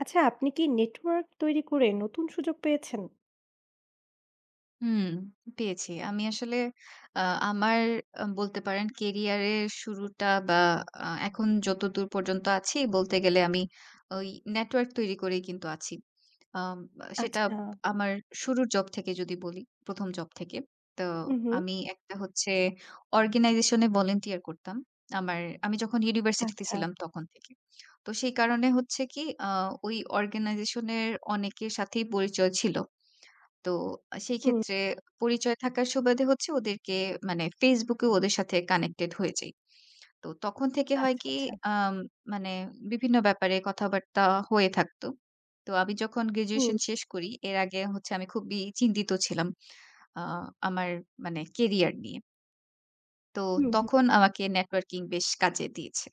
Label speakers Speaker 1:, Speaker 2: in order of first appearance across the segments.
Speaker 1: আচ্ছা, আপনি কি নেটওয়ার্ক তৈরি করে নতুন সুযোগ পেয়েছেন?
Speaker 2: হুম, পেয়েছি। আমি আসলে আ আমার বলতে পারেন কেরিয়ারের শুরুটা বা এখন যতদূর পর্যন্ত আছি বলতে গেলে আমি ওই নেটওয়ার্ক তৈরি করেই কিন্তু আছি। আম সেটা
Speaker 1: আচ্ছা।
Speaker 2: আমার শুরুর জব থেকে যদি বলি, ১ম জব থেকে। তো
Speaker 1: হু, হু।
Speaker 2: আমি একটা হচ্ছে অর্গানাইজেশনে ভলান্টিয়ার করতাম। আমার আমি যখন ইউনিভার্সিটিতে
Speaker 1: আচ্ছা।
Speaker 2: ছিলাম তখন থেকে। তো সেই কারণে হচ্ছে কি আ ওই অর্গানাইজেশনের অনেকের সাথেই পরিচয় ছিল। তো সেই
Speaker 1: হুম।
Speaker 2: ক্ষেত্রে পরিচয় থাকার সুবাদে হচ্ছে ওদেরকে মানে Facebook এ ওদের সাথে কানেক্টেড হয়ে যাই। তো তখন থেকে হয়
Speaker 1: আচ্ছা,
Speaker 2: কি
Speaker 1: আচ্ছা।
Speaker 2: আম মানে বিভিন্ন ব্যাপারে কথাবার্তা হয়ে থাকতো। তো আমি যখন
Speaker 1: হুম,
Speaker 2: গ্র্যাজুয়েশন শেষ করি, এর আগে হচ্ছে আমি খুবই চিন্তিত ছিলাম। আ আমার মানে কেরিয়ার নিয়ে। তো
Speaker 1: হুম, হুম।
Speaker 2: তখন আমাকে নেটওয়ার্কিং বেশ কাজে দিয়েছে।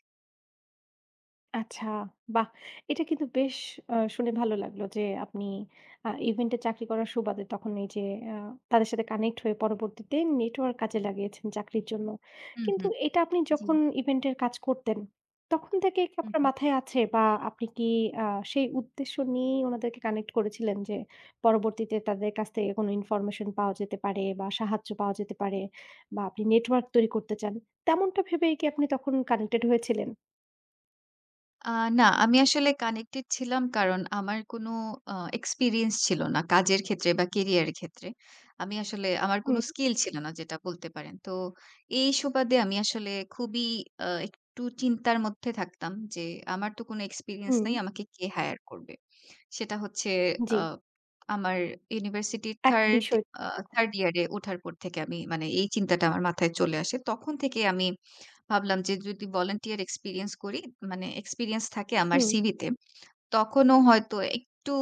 Speaker 1: আচ্ছা, বাহ! এটা কিন্তু বেশ শুনে ভালো লাগলো যে আপনি ইভেন্টে চাকরি করার সুবাদে তখন এই যে আ তাদের সাথে কানেক্ট হয়ে পরবর্তীতে নেটওয়ার্ক কাজে লাগিয়েছেন চাকরির জন্য।
Speaker 2: হুম,
Speaker 1: কিন্তু
Speaker 2: হুম।
Speaker 1: এটা আপনি
Speaker 2: জি।
Speaker 1: যখন ইভেন্টের কাজ করতেন, তখন থেকে কি
Speaker 2: হুম,
Speaker 1: আপনার
Speaker 2: হুম।
Speaker 1: মাথায় আছে বা আপনি কি আ সেই উদ্দেশ্য নিয়েই উনাদেরকে কানেক্ট করেছিলেন যে পরবর্তীতে তাদের কাছ থেকে কোনো ইনফরমেশন পাওয়া যেতে পারে বা সাহায্য পাওয়া যেতে পারে বা আপনি নেটওয়ার্ক তৈরি করতে চান, তেমনটা ভেবেই কি আপনি তখন কানেক্টেড হয়েছিলেন?
Speaker 2: আ না, আমি আসলে কানেক্টেড ছিলাম কারণ আমার কোনো আ এক্সপেরিয়েন্স ছিল না কাজের ক্ষেত্রে বা কেরিয়ারের ক্ষেত্রে। আমি আসলে আমার
Speaker 1: হুম।
Speaker 2: কোনো স্কিল ছিল না যেটা বলতে পারেন। তো এই সুবাদে আমি আসলে খুবই একটু চিন্তার মধ্যে থাকতাম যে আমার তো কোনো এক্সপেরিয়েন্স
Speaker 1: হুম।
Speaker 2: নাই, আমাকে কে হায়ার করবে? সেটা হচ্ছে
Speaker 1: জি,
Speaker 2: আ আমার ইউনিভার্সিটির
Speaker 1: একটা
Speaker 2: 3rd
Speaker 1: বিষয়।
Speaker 2: আ 3rd ইয়ারে ওঠার পর থেকে আমি মানে এই চিন্তাটা আমার মাথায় চলে আসে। তখন থেকে আমি ভাবলাম যে যদি ভলান্টিয়ার এক্সপেরিয়েন্স করি, মানে এক্সপেরিয়েন্স থাকে আমার
Speaker 1: হুম,
Speaker 2: সিভিতে, তখনও হয়তো একটু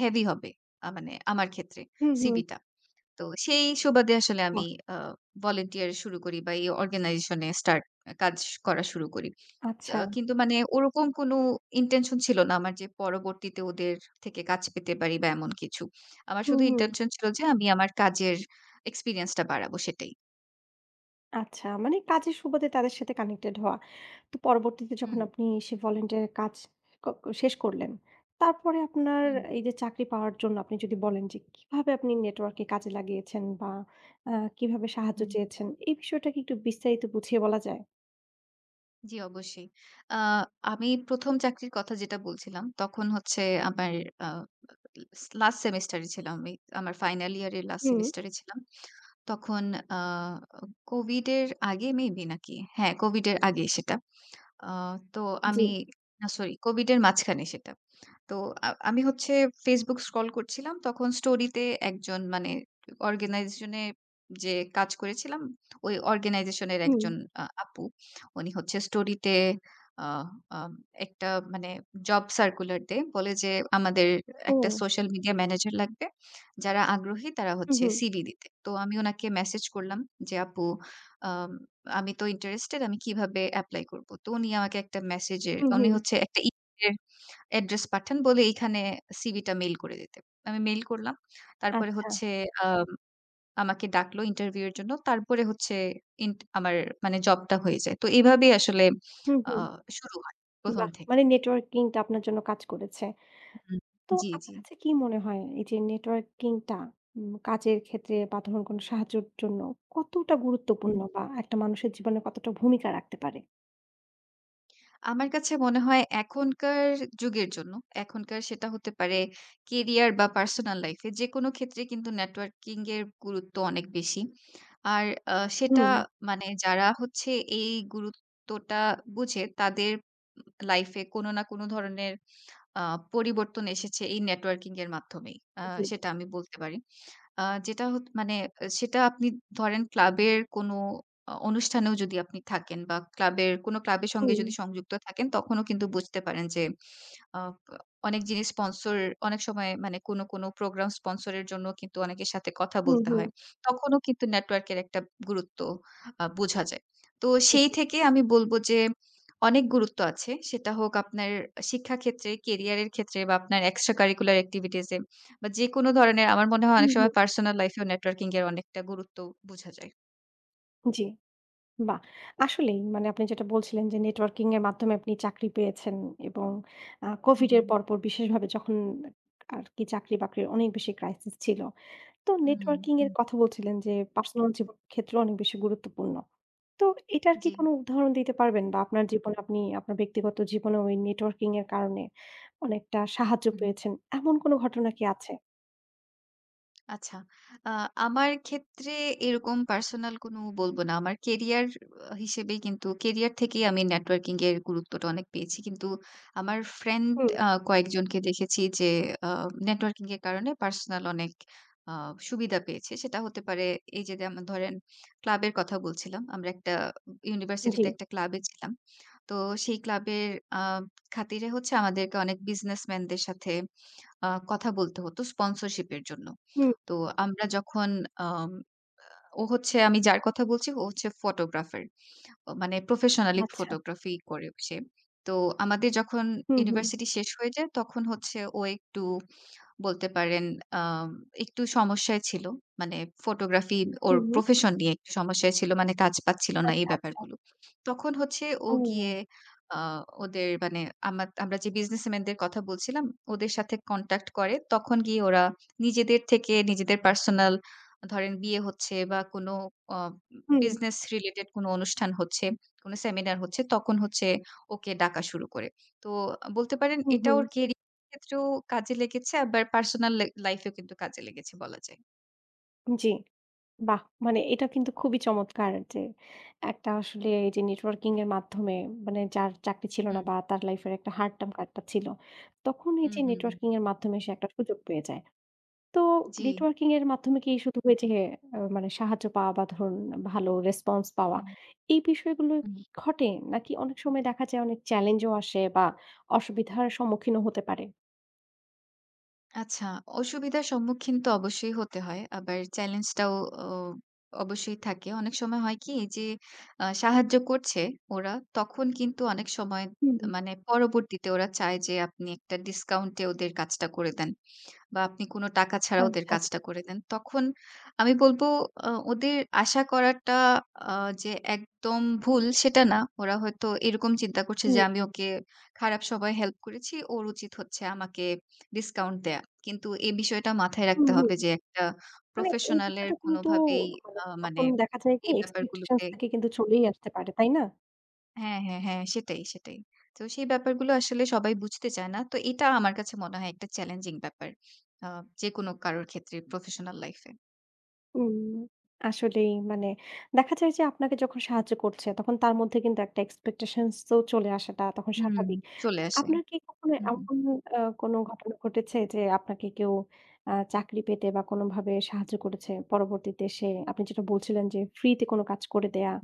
Speaker 2: হেভি হবে। মানে আমার ক্ষেত্রে
Speaker 1: হুম, হুম।
Speaker 2: সিভিটা। তো সেই সুবাদে আসলে
Speaker 1: বাহ!
Speaker 2: আমি আ ভলান্টিয়ার শুরু করি বা এই অর্গানাইজেশন এ স্টার্ট কাজ করা শুরু করি।
Speaker 1: আচ্ছা।
Speaker 2: কিন্তু মানে ওরকম কোনো ইনটেনশন ছিল না আমার যে পরবর্তীতে ওদের থেকে কাজ পেতে পারি বা এমন কিছু। আমার
Speaker 1: হুম,
Speaker 2: শুধু
Speaker 1: হুম।
Speaker 2: ইনটেনশন ছিল যে আমি আমার কাজের এক্সপেরিয়েন্সটা বাড়াবো সেটাই।
Speaker 1: আচ্ছা, মানে কাজের সুবাদে তাদের সাথে কানেক্টেড হওয়া। তো পরবর্তীতে যখন
Speaker 2: হুম,
Speaker 1: আপনি সে ভলান্টিয়ারের কাজ ক ক- শেষ করলেন, তারপরে আপনার
Speaker 2: হুম,
Speaker 1: এই যে চাকরি পাওয়ার জন্য আপনি যদি বলেন যে কিভাবে আপনি নেটওয়ার্ককে কাজে লাগিয়েছেন বা আ কিভাবে সাহায্য
Speaker 2: হুম।
Speaker 1: চেয়েছেন, এই বিষয়টা কি একটু বিস্তারিত বুঝিয়ে বলা যায়?
Speaker 2: জি, অবশ্যই। আ আমি ১ম চাকরির কথা যেটা বলছিলাম, তখন হচ্ছে আমার আ লাস্ট সেমেস্টারে ছিলাম আমি। আমার ফাইনাল ইয়ারের লাস্ট
Speaker 1: হুম,
Speaker 2: সেমেস্টারে ছিলাম। তখন আ কোভিডের আগে মেবি নাকি? হ্যাঁ, কোভিডের আগে সেটা। আ তো
Speaker 1: জি,
Speaker 2: আমি, না, সরি, কোভিডের মাঝখানে সেটা। তো আমি হচ্ছে Facebook স্ক্রল করছিলাম। তখন স্টোরিতে একজন মানে অর্গানাইজেশনে যে কাজ করেছিলাম, ওই অর্গানাইজেশনের
Speaker 1: হুম,
Speaker 2: একজন আপু। উনি হচ্ছে স্টোরিতে আ আম একটা মানে জব সার্কুলার দেয়। বলে যে আমাদের
Speaker 1: ও,
Speaker 2: একটা সোশ্যাল মিডিয়া ম্যানেজার লাগবে। যারা আগ্রহী তারা
Speaker 1: হুম,
Speaker 2: হচ্ছে
Speaker 1: হুম,
Speaker 2: সিভি দিতে। তো আমি উনাকে মেসেজ করলাম যে, "আপু, আম আমি তো ইন্টারেস্টেড। আমি কিভাবে এপ্লাই করব?" তো উনি আমাকে একটা মেসেজে
Speaker 1: হুম,
Speaker 2: উনি
Speaker 1: হুম।
Speaker 2: হচ্ছে একটা অ্যাড্রেস পাঠান বলে এইখানে সিভিটা মেইল করে দিতে। আমি মেইল করলাম। তারপরে
Speaker 1: আচ্ছা,
Speaker 2: হচ্ছে আম আমাকে ডাকলো ইন্টারভিউ এর জন্য। তারপরে হচ্ছে আমার মানে জবটা হয়ে যায়। তো এভাবেই আসলে
Speaker 1: হুম,
Speaker 2: আ
Speaker 1: হুম।
Speaker 2: শুরু হয় ১ম
Speaker 1: বাহ!
Speaker 2: থেকে।
Speaker 1: মানে নেটওয়ার্কিংটা আপনার জন্য কাজ করেছে।
Speaker 2: হুম।
Speaker 1: তো
Speaker 2: জি,
Speaker 1: আপনার
Speaker 2: জি।
Speaker 1: কাছে কি মনে হয় এই যে নেটওয়ার্কিংটা কাজের ক্ষেত্রে বা ধরুন কোনো সাহায্যের জন্য কতটা গুরুত্বপূর্ণ
Speaker 2: হুম।
Speaker 1: বা একটা মানুষের জীবনে কতটা ভূমিকা রাখতে পারে?
Speaker 2: আমার কাছে মনে হয় এখনকার যুগের জন্য, এখনকার সেটা হতে পারে কেরিয়ার বা পার্সোনাল লাইফ এ যেকোনো ক্ষেত্রে কিন্তু নেটওয়ার্কিং এর গুরুত্ব অনেক বেশি। আর সেটা
Speaker 1: হুম,
Speaker 2: মানে যারা হচ্ছে এই গুরুত্বটা বুঝে তাদের লাইফ এ কোনো না কোনো ধরনের আ পরিবর্তন এসেছে এই নেটওয়ার্কিং এর মাধ্যমেই।
Speaker 1: জি,
Speaker 2: সেটা আমি বলতে পারি। আ যেটা হত মানে সেটা আপনি ধরেন ক্লাবের কোনো অনুষ্ঠানেও যদি আপনি থাকেন বা ক্লাবের সঙ্গে
Speaker 1: হুম,
Speaker 2: যদি সংযুক্ত থাকেন তখনও কিন্তু বুঝতে পারেন যে আ অনেক জিনিস স্পন্সর অনেক সময় মানে কোনো প্রোগ্রাম স্পন্সর এর জন্য কিন্তু অনেকের সাথে কথা
Speaker 1: হুম,
Speaker 2: বলতে
Speaker 1: হুম,
Speaker 2: হয়। তখনও কিন্তু নেটওয়ার্কের একটা গুরুত্ব বোঝা যায়। তো সেই
Speaker 1: জি,
Speaker 2: থেকে আমি বলব যে অনেক গুরুত্ব আছে। সেটা হোক আপনার শিক্ষাক্ষেত্রে, কেরিয়ারের ক্ষেত্রে বা আপনার এক্সট্রা কারিকুলার এক্টিভিটিস এ বা যেকোনো ধরনের আমার মনে হয়
Speaker 1: হুম,
Speaker 2: অনেক
Speaker 1: হুম,
Speaker 2: সময় পার্সোনাল লাইফেও নেটওয়ার্কিং এর অনেকটা গুরুত্ব বোঝা যায়।
Speaker 1: জি, বাহ! আসলেই মানে আপনি যেটা বলছিলেন যে নেটওয়ার্কিং এর মাধ্যমে আপনি চাকরি পেয়েছেন এবং
Speaker 2: হু,
Speaker 1: কোভিড
Speaker 2: হু।
Speaker 1: এর পরপর বিশেষভাবে যখন আরকি চাকরি-বাকরির অনেক বেশি ক্রাইসিস ছিল। তো
Speaker 2: হুম, হুম,
Speaker 1: নেটওয়ার্কিং এর
Speaker 2: হুম,
Speaker 1: কথা বলছিলেন যে পার্সোনাল জীবন ক্ষেত্রে অনেক বেশি গুরুত্বপূর্ণ। তো এটার কি
Speaker 2: জি।
Speaker 1: কোনো উদাহরণ দিতে পারবেন? বা আপনার জীবনে আপনি আপনার ব্যক্তিগত জীবনেও এই নেটওয়ার্কিং এর কারণে অনেকটা সাহায্য পেয়েছেন। এমন কোনো ঘটনা কি আছে?
Speaker 2: আচ্ছা। আ আমার ক্ষেত্রে এরকম পার্সোনাল কোনো বলব না। আমার কেরিয়ার হিসেবেই কিন্তু কেরিয়ার থেকেই আমি নেটওয়ার্কিং এর গুরুত্বটা অনেক পেয়েছি। কিন্তু আমার ফ্রেন্ড
Speaker 1: হুম,
Speaker 2: কয়েকজনকে দেখেছি যে আ নেটওয়ার্কিং এর কারণে পার্সোনাল অনেক আ সুবিধা পেয়েছে। সেটা হতে পারে এই যে যেমন ধরেন ক্লাবের কথা বলছিলাম। আমরা একটা
Speaker 1: জি।
Speaker 2: ইউনিভার্সিটিতে একটা ক্লাবে ছিলাম। তো সেই ক্লাবের আ খাতিরে হচ্ছে আমাদেরকে অনেক বিজনেসম্যানদের সাথে কথা বলতে হতো স্পন্সরশিপ এর জন্য।
Speaker 1: হুম,
Speaker 2: তো আমরা যখন, আম ও হচ্ছে আমি যার কথা বলছি, ও হচ্ছে ফটোগ্রাফার। মানে প্রফেশনালি
Speaker 1: আচ্ছা।
Speaker 2: ফটোগ্রাফি করে সে। তো আমাদের যখন
Speaker 1: হুম, হুম,
Speaker 2: ইউনিভার্সিটি শেষ হয়ে যায় তখন হচ্ছে ও একটু বলতে পারেন আম একটু সমস্যায় ছিল। মানে ফটোগ্রাফি ওর
Speaker 1: হুম, হুম।
Speaker 2: প্রফেশন নিয়ে একটু সমস্যায় ছিল। মানে কাজ পাচ্ছিল না এই
Speaker 1: আচ্ছা, আচ্ছা।
Speaker 2: ব্যাপারগুলো। তখন হচ্ছে ও গিয়ে
Speaker 1: ও!
Speaker 2: আ ওদের মানে আমরা যে বিজনেসম্যানদের কথা বলছিলাম, ওদের সাথে কনট্যাক্ট করে। তখন গিয়ে ওরা নিজেদের থেকে নিজেদের পার্সোনাল ধরেন বিয়ে হচ্ছে বা কোনো অ
Speaker 1: হুম,
Speaker 2: বিজনেস রিলেটেড কোনো অনুষ্ঠান হচ্ছে, কোনো সেমিনার হচ্ছে, তখন হচ্ছে ওকে ডাকা শুরু করে। তো বলতে পারেন
Speaker 1: হুম,
Speaker 2: এটা
Speaker 1: হুম।
Speaker 2: ওর ক্ষেত্রেও কাজে লেগেছে আবার পার্সোনাল লাইফ এও কিন্তু কাজে লেগেছে বলা যায়।
Speaker 1: জি। বাহ! মানে এটা কিন্তু খুবই চমৎকার যে একটা আসলে এই যে নেটওয়ার্কিং এর মাধ্যমে মানে যার চাকরি ছিল না
Speaker 2: হুম,
Speaker 1: বা তার লাইফ এর একটা হার্ড টার্ম একটা ছিল। তখন এই
Speaker 2: হুম,
Speaker 1: যে
Speaker 2: হুম, হুম।
Speaker 1: নেটওয়ার্কিং এর মাধ্যমে সে একটা সুযোগ পেয়ে যায়। তো
Speaker 2: জি।
Speaker 1: নেটওয়ার্কিং এর মাধ্যমে কি শুধু ওই যে মানে সাহায্য পাওয়া বা ধরুন ভালো রেসপন্স পাওয়া
Speaker 2: হুম,
Speaker 1: এই বিষয়গুলো
Speaker 2: হুম।
Speaker 1: কি ঘটে? নাকি অনেক সময় দেখা যায় অনেক চ্যালেঞ্জও আসে বা অসুবিধার সম্মুখীনও হতে পারে?
Speaker 2: আচ্ছা, অসুবিধার সম্মুখীন তো অবশ্যই হতে হয়। আবার চ্যালেঞ্জটাও অ অবশ্যই থাকে। অনেক সময় হয় কি যে সাহায্য করছে ওরা তখন কিন্তু অনেক সময়
Speaker 1: হুম,
Speaker 2: মানে পরবর্তীতে ওরা চায় যে আপনি একটা ডিসকাউন্টে ওদের কাজটা করে দেন। বা আপনি কোনো টাকা ছাড়া ওদের
Speaker 1: আচ্ছা,
Speaker 2: কাজটা
Speaker 1: আচ্ছা।
Speaker 2: করে দেন। তখন আমি বলব ওদের আশা করাটা আ যে একদম ভুল সেটা না। ওরা হয়তো এরকম চিন্তা করছে যে
Speaker 1: হুম,
Speaker 2: আমি ওকে খারাপ সময়ে হেল্প করেছি। ওর উচিত হচ্ছে আমাকে ডিসকাউন্ট দেয়া। কিন্তু এই বিষয়টা মাথায়
Speaker 1: হুম,
Speaker 2: রাখতে
Speaker 1: হুম।
Speaker 2: হবে যে একটা
Speaker 1: মানে এই
Speaker 2: প্রফেশনাল এর
Speaker 1: বিষয়টা কিন্তু
Speaker 2: কোনোভাবেই
Speaker 1: মানে
Speaker 2: মানে
Speaker 1: তখন দেখা যায় কি
Speaker 2: এই
Speaker 1: expectations
Speaker 2: ব্যাপারগুলোতে
Speaker 1: থেকে কিন্তু চলেই আসতে পারে, তাই না?
Speaker 2: হ্যাঁ, হ্যাঁ, হ্যাঁ। সেটাই, সেটাই। তো সেই ব্যাপারগুলো আসলে সবাই বুঝতে চায় না। তো এটা আমার কাছে মনে হয় একটা চ্যালেঞ্জিং ব্যাপার। আ যেকোনো কারোর ক্ষেত্রে প্রফেশনাল লাইফ এ
Speaker 1: হুম। আসলেই মানে দেখা যায় যে আপনাকে যখন সাহায্য করছে তখন তার মধ্যে কিন্তু একটা expectations তো চলে আসাটা তখন
Speaker 2: হুম।
Speaker 1: স্বাভাবিক। তো
Speaker 2: চলে আসে।
Speaker 1: আপনার কি কখনো
Speaker 2: হু, হু,
Speaker 1: এমন কোনো ঘটনা ঘটেছে যে আপনাকে কেউ চাকরি পেতে বা কোনোভাবে সাহায্য করেছে? পরবর্তীতে সে আপনি যেটা বলছিলেন যে ফ্রি তে কোনো কাজ করে দেয়া
Speaker 2: হু।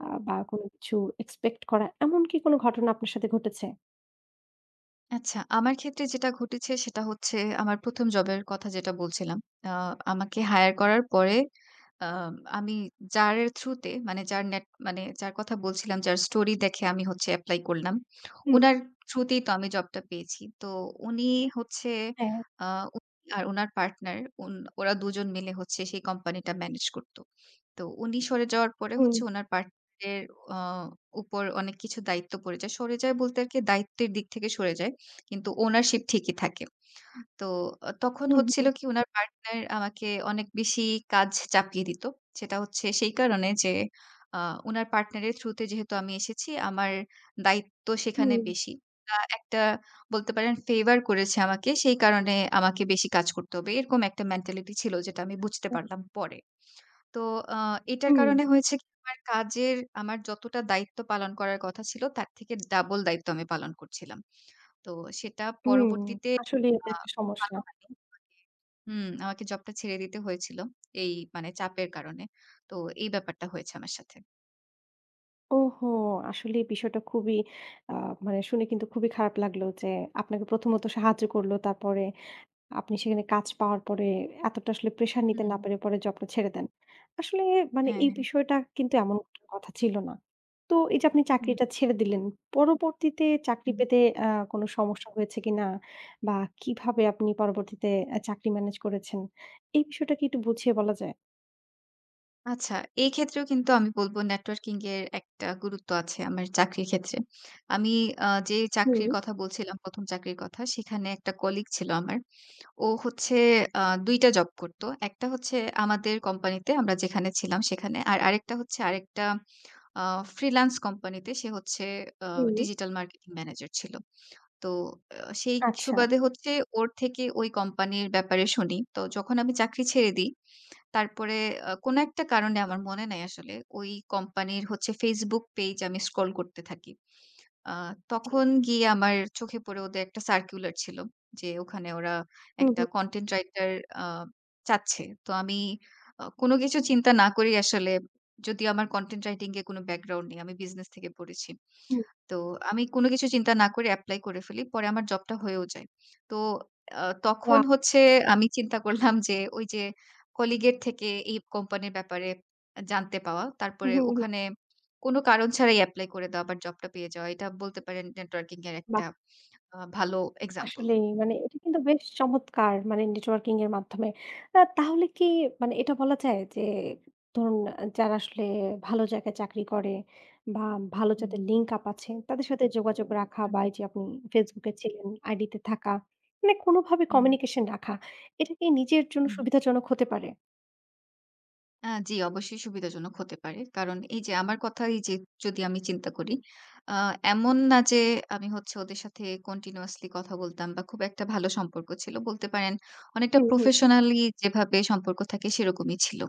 Speaker 1: বা কোনো কিছু expect করা এমন কি কোনো ঘটনা আপনার সাথে ঘটেছে?
Speaker 2: আচ্ছা, আমার ক্ষেত্রে যেটা ঘটেছে সেটা হচ্ছে আমার ১ম জবের কথা যেটা বলছিলাম। আ আমাকে হায়ার করার পরে আ আমি যার থ্রুতে মানে যার নেট মানে যার কথা বলছিলাম, যার স্টোরি দেখে আমি হচ্ছে এপ্লাই করলাম।
Speaker 1: হুম,
Speaker 2: উনার থ্রুতেই তো আমি জবটা পেয়েছি। তো উনি হচ্ছে
Speaker 1: হ্যাঁ,
Speaker 2: আ উনি আর উনার পার্টনার উন ওরা দুজন মিলে হচ্ছে সেই কোম্পানিটা ম্যানেজ করত। তো উনি সরে যাওয়ার পরে
Speaker 1: হুম,
Speaker 2: হচ্ছে উনার পার্টনারের আ উপর অনেক কিছু দায়িত্ব পড়ে যায়। সরে যায় বলতে আরকি দায়িত্বের দিক থেকে সরে যায়। কিন্তু ওনারশিপ ঠিকই থাকে। তো তখন
Speaker 1: হুম,
Speaker 2: হচ্ছিল
Speaker 1: হুম।
Speaker 2: কি উনার পার্টনার আমাকে অনেক বেশি কাজ চাপিয়ে দিত। সেটা হচ্ছে সেই কারণে যে আ উনার পার্টনারের থ্রু তে যেহেতু আমি এসেছি আমার দায়িত্ব সেখানে
Speaker 1: হুম,
Speaker 2: বেশি। একটা বলতে পারেন ফেভার করেছে আমাকে। সেই কারণে আমাকে বেশি কাজ করতে হবে। এরকম একটা মেন্টালিটি ছিল যেটা আমি বুঝতে পারলাম পরে। তো আ এটার
Speaker 1: হুম,
Speaker 2: কারণে হয়েছে কি আমার যতটা দায়িত্ব পালন করার কথা ছিল তার থেকে ডাবল দায়িত্ব আমি পালন করছিলাম। তো সেটা
Speaker 1: হুম।
Speaker 2: পরবর্তীতে
Speaker 1: আসলেই এটা
Speaker 2: আ
Speaker 1: একটা
Speaker 2: ভালো
Speaker 1: সমস্যা।
Speaker 2: হয়নি। আমাকে জবটা ছেড়ে দিতে হয়েছিল। এই মানে চাপের কারণে। তো এই ব্যাপারটা হয়েছে আমার সাথে।
Speaker 1: ওহো! আসলে এই বিষয়টা খুবই আ মানে শুনে কিন্তু খুবই খারাপ লাগলো যে আপনাকে প্রথমত সাহায্য করলো। তারপরে আপনি সেখানে কাজ পাওয়ার পরে এতটা আসলে প্রেশার নিতে
Speaker 2: হুম।
Speaker 1: না পেরে পরে জবটা ছেড়ে দেন। আসলে মানে
Speaker 2: হ্যাঁ,
Speaker 1: এই
Speaker 2: হ্যাঁ।
Speaker 1: বিষয়টা কিন্তু এমন কোনো কথা ছিল না। তো এই যে আপনি
Speaker 2: হুম,
Speaker 1: চাকরিটা ছেড়ে দিলেন, পরবর্তীতে চাকরি
Speaker 2: হুম।
Speaker 1: পেতে আ কোনো সমস্যা হয়েছে কিনা? বা কিভাবে আপনি পরবর্তীতে চাকরি ম্যানেজ করেছেন? এই বিষয়টা কি একটু বুঝিয়ে বলা যায়?
Speaker 2: আচ্ছা, এই ক্ষেত্রেও কিন্তু আমি বলব নেটওয়ার্কিং এর একটা গুরুত্ব আছে আমার চাকরির ক্ষেত্রে। আমি যে
Speaker 1: হুম।
Speaker 2: চাকরির কথা বলছিলাম, ১ম চাকরির কথা, সেখানে একটা কলিগ ছিল আমার। ও হচ্ছে আ ২টা জব করত। একটা হচ্ছে আমাদের কোম্পানিতে আমরা যেখানে ছিলাম সেখানে। আর আরেকটা আ ফ্রিল্যান্স কোম্পানিতে সে হচ্ছে আ
Speaker 1: হুম,
Speaker 2: ডিজিটাল মার্কেটিং ম্যানেজার ছিল। তো আ সেই
Speaker 1: আচ্ছা।
Speaker 2: সুবাদে হচ্ছে ওর থেকে ওই কোম্পানির ব্যাপারে শুনি। তো যখন আমি চাকরি ছেড়ে দিই, তারপরে কোন একটা কারণে আমার মনে নাই আসলে, ওই কোম্পানির হচ্ছে Facebook পেইজ আমি স্ক্রল করতে থাকি। আ
Speaker 1: জি।
Speaker 2: তখন গিয়ে আমার চোখে পড়ে ওদের একটা সার্কুলার ছিল। যে ওখানে ওরা
Speaker 1: হুম,
Speaker 2: একটা
Speaker 1: হুম,
Speaker 2: কনটেন্ট রাইটার আ চাচ্ছে। তো আমি কোনো কিছু চিন্তা না করেই আসলে, যদিও আমার কনটেন্ট রাইটিং এ কোনো ব্যাকগ্রাউন্ড নেই। আমি বিজনেস থেকে পড়েছি।
Speaker 1: হুম।
Speaker 2: তো আমি কোনো কিছু চিন্তা না করে এপ্লাই করে ফেলি। পরে আমার জবটা হয়েও যায়। তো তখন
Speaker 1: ওয়া,
Speaker 2: হচ্ছে আমি চিন্তা করলাম যে ওই যে কলিগের থেকে এই কোম্পানির ব্যাপারে জানতে পাওয়া।
Speaker 1: হুম,
Speaker 2: তারপরে
Speaker 1: হুম, হুম।
Speaker 2: ওখানে কোনো কারণ ছাড়াই এপ্লাই করে দেওয়া আবার জবটা পেয়ে যাওয়া। এটা বলতে পারেন নেটওয়ার্কিং এর
Speaker 1: বাহ!
Speaker 2: একটা ভালো এক্সাম্পল।
Speaker 1: আসলেই মানে এটা কিন্তু বেশ চমৎকার মানে নেটওয়ার্কিং এর মাধ্যমে। তাহলে কি মানে এটা বলা যায় যে ধরুন যারা আসলে ভালো জায়গায় চাকরি করে বা ভালো
Speaker 2: হুম,
Speaker 1: যাদের লিঙ্ক আপ আছে তাদের সাথে যোগাযোগ রাখা বা
Speaker 2: হুম,
Speaker 1: এই যে আপনি Facebook এ ছিলেন, আইডিতে থাকা মানে কোনোভাবে
Speaker 2: হুম,
Speaker 1: কমিউনিকেশন রাখা। এটা কি নিজের জন্য
Speaker 2: হুম।
Speaker 1: সুবিধাজনক হতে পারে?
Speaker 2: জি, অবশ্যই সুবিধাজনক হতে পারে। কারণ এই যে আমার কথাই, যে যদি আমি চিন্তা করি, আ এমন না যে আমি হচ্ছে ওদের সাথে কন্টিনিউয়াসলি কথা বলতাম বা খুব একটা ভালো সম্পর্ক ছিল। বলতে পারেন অনেকটা
Speaker 1: হুম, হুম,
Speaker 2: প্রফেশনালি যেভাবে সম্পর্ক থাকে সেরকমই ছিল।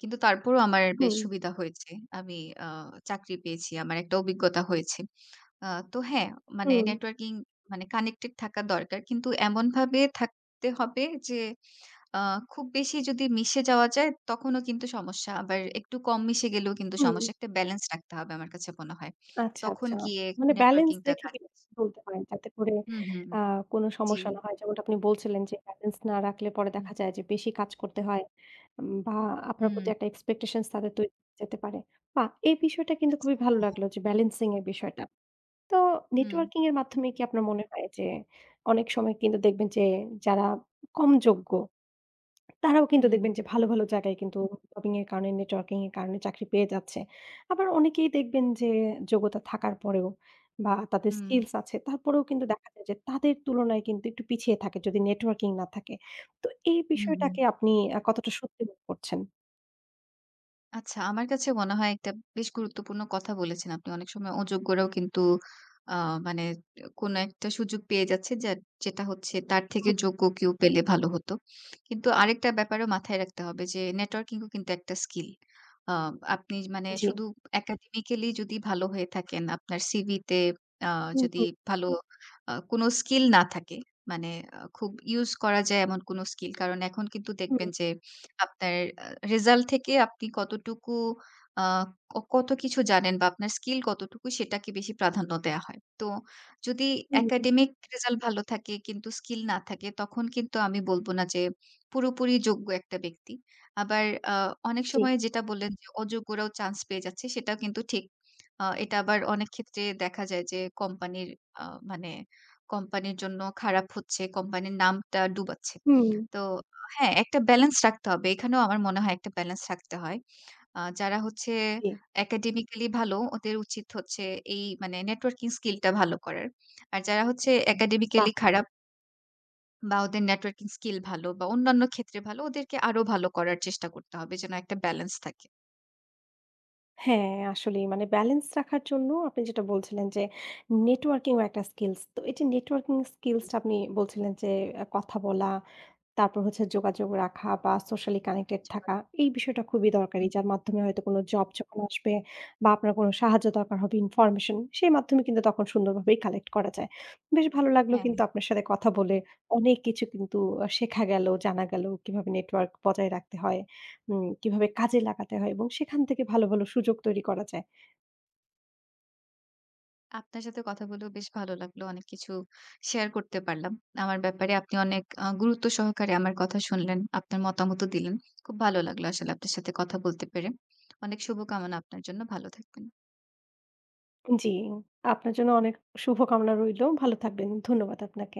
Speaker 2: কিন্তু তারপরও আমার বেশ
Speaker 1: হুম,
Speaker 2: সুবিধা হয়েছে। আমি আ চাকরি পেয়েছি। আমার একটা অভিজ্ঞতা হয়েছে। তো হ্যাঁ, মানে
Speaker 1: হুম,
Speaker 2: নেটওয়ার্কিং মানে কানেক্টেড থাকা দরকার। কিন্তু এমনভাবে থাকতে হবে যে আ খুব বেশি যদি মিশে যাওয়া যায় তখনও কিন্তু সমস্যা। আবার একটু কম মিশে গেলেও কিন্তু
Speaker 1: হুম।
Speaker 2: সমস্যা। একটা ব্যালেন্স রাখতে হবে আমার কাছে মনে হয়।
Speaker 1: আচ্ছা,
Speaker 2: তখন
Speaker 1: আচ্ছা।
Speaker 2: গিয়ে
Speaker 1: মানে ব্যালেন্স
Speaker 2: নেটওয়ার্কিং টা
Speaker 1: রেখে
Speaker 2: কাজে
Speaker 1: কিন্তু
Speaker 2: আসে।
Speaker 1: চলতে পারেন যাতে করে
Speaker 2: হুম, হুম।
Speaker 1: আ কোনো
Speaker 2: জি।
Speaker 1: সমস্যা না হয়। যেমনটা আপনি বলছিলেন যে ব্যালেন্স না রাখলে পরে
Speaker 2: হুম,
Speaker 1: দেখা যায় যে বেশি কাজ করতে হয়, বা আপনার প্রতি
Speaker 2: হুম।
Speaker 1: একটা এক্সপেকটেশনস তাদের তৈরি হয়ে যেতে পারে। বাহ! এই বিষয়টা কিন্তু
Speaker 2: আচ্ছা।
Speaker 1: খুবই ভালো
Speaker 2: হ্যাঁ, হ্যাঁ।
Speaker 1: লাগলো যে ব্যালেন্সিং এর বিষয়টা। তো
Speaker 2: হুম,
Speaker 1: নেটওয়ার্কিং এর মাধ্যমে কি আপনার মনে হয় যে অনেক সময় কিন্তু দেখবেন যে যারা কম যোগ্য তারাও কিন্তু
Speaker 2: হুম,
Speaker 1: দেখবেন যে ভালো, ভালো জায়গায় কিন্তু জবিং এর কারণে, নেটওয়ার্কিং এর কারণে চাকরি পেয়ে যাচ্ছে। আবার অনেকেই দেখবেন যে যোগ্যতা থাকার পরেও বা তাদের
Speaker 2: হুম,
Speaker 1: স্কিলস আছে তারপরেও কিন্তু দেখা যায় যে তাদের তুলনায় কিন্তু একটু পিছিয়ে থাকে যদি নেটওয়ার্কিং না থাকে। তো এই
Speaker 2: হুম, হুম।
Speaker 1: বিষয়টাকে আপনি কতটা সত্যি মনে করছেন?
Speaker 2: আচ্ছা, আমার কাছে মনে হয় একটা বেশ গুরুত্বপূর্ণ কথা বলেছেন আপনি। অনেক সময় অযোগ্যরাও কিন্তু আ মানে কোনো একটা সুযোগ পেয়ে যাচ্ছে যেটা হচ্ছে তার থেকে
Speaker 1: হুম,
Speaker 2: যোগ্য কেউ পেলে ভালো হতো। কিন্তু আরেকটা ব্যাপারও মাথায় রাখতে হবে যে নেটওয়ার্কিং ও কিন্তু একটা স্কিল। আ আপনি মানে
Speaker 1: জি।
Speaker 2: শুধু একাডেমিক্যালি যদি ভালো হয়ে থাকেন, আপনার সিভিতে আ
Speaker 1: হুম,
Speaker 2: যদি
Speaker 1: হুম,
Speaker 2: ভালো কোনো স্কিল না থাকে, মানে খুব ইউজ করা যায় এমন কোনো স্কিল। কারণ এখন কিন্তু
Speaker 1: হুম,
Speaker 2: দেখবেন যে আপনার আ রেজাল্ট থেকে আপনি কতটুকু আ কত কিছু জানেন বা আপনার স্কিল কতটুকু সেটাকে বেশি প্রাধান্য দেয়া হয়। তো যদি
Speaker 1: হুম, হুম,
Speaker 2: একাডেমিক রেজাল্ট ভালো থাকে কিন্তু স্কিল না থাকে তখন কিন্তু আমি বলব না যে পুরোপুরি যোগ্য একটা ব্যক্তি। আবার আ অনেক
Speaker 1: জি।
Speaker 2: সময় যেটা বললেন যে অযোগ্যরাও চান্স পেয়ে যাচ্ছে সেটাও কিন্তু ঠিক। এটা আবার অনেক ক্ষেত্রে দেখা যায় যে কোম্পানির আ মানে কোম্পানির জন্য খারাপ হচ্ছে, কোম্পানির নামটা ডুবাচ্ছে।
Speaker 1: হুম,
Speaker 2: তো হ্যাঁ, একটা ব্যালেন্স রাখতে হবে। এখানেও আমার মনে হয় একটা ব্যালেন্স রাখতে হয়। যারা হচ্ছে
Speaker 1: জি।
Speaker 2: একাডেমিক্যালি ভালো ওদের উচিত হচ্ছে এই মানে নেটওয়ার্কিং স্কিলটা ভালো করার। আর যারা হচ্ছে
Speaker 1: হুম।
Speaker 2: একাডেমিক্যালি খারাপ বা ওদের নেটওয়ার্কিং স্কিল ভালো বা অন্যান্য ক্ষেত্রে ভালো ওদেরকে আরো ভালো করার চেষ্টা করতে হবে যেন একটা ব্যালেন্স থাকে।
Speaker 1: হ্যাঁ, আসলেই মানে ব্যালেন্স রাখার জন্য আপনি যেটা বলছিলেন যে, নেটওয়ার্কিং ও একটা স্কিলস। তো এই যে নেটওয়ার্কিং
Speaker 2: হুম,
Speaker 1: স্কিলসটা আপনি বলছিলেন যে, কথা বলা, তারপর হচ্ছে যোগাযোগ রাখা বা সোশ্যালি কানেক্টেড থাকা।
Speaker 2: যোগাযোগ।
Speaker 1: এই বিষয়টা খুবই দরকারি।
Speaker 2: হুম,
Speaker 1: যার
Speaker 2: হুম,
Speaker 1: মাধ্যমে হয়তো কোন জব যখন আসবে বা আপনার কোন সাহায্য দরকার হবে ইনফরমেশন, সেই মাধ্যমে কিন্তু তখন
Speaker 2: হুম।
Speaker 1: সুন্দরভাবেই কালেক্ট করা যায়। বেশ ভালো লাগলো
Speaker 2: হ্যাঁ।
Speaker 1: কিন্তু আপনার সাথে কথা বলে। অনেক কিছু কিন্তু শেখা গেল, জানা গেল কিভাবে নেটওয়ার্ক বজায় রাখতে হয়, কিভাবে কাজে লাগাতে হয় এবং সেখান থেকে ভালো, ভালো সুযোগ তৈরি করা যায়।
Speaker 2: আপনার সাথে কথা বলেও বেশ ভালো লাগলো। অনেক কিছু শেয়ার করতে পারলাম। আমার ব্যাপারে আপনি অনেক গুরুত্ব সহকারে আমার কথা শুনলেন। আপনার মতামতও দিলেন। খুব ভালো লাগলো আসলে আপনার সাথে কথা বলতে পেরে। অনেক শুভকামনা আপনার জন্য। ভালো থাকবেন।
Speaker 1: জি, আপনার জন্য অনেক শুভকামনা রইলো। ভালো থাকবেন। ধন্যবাদ আপনাকে।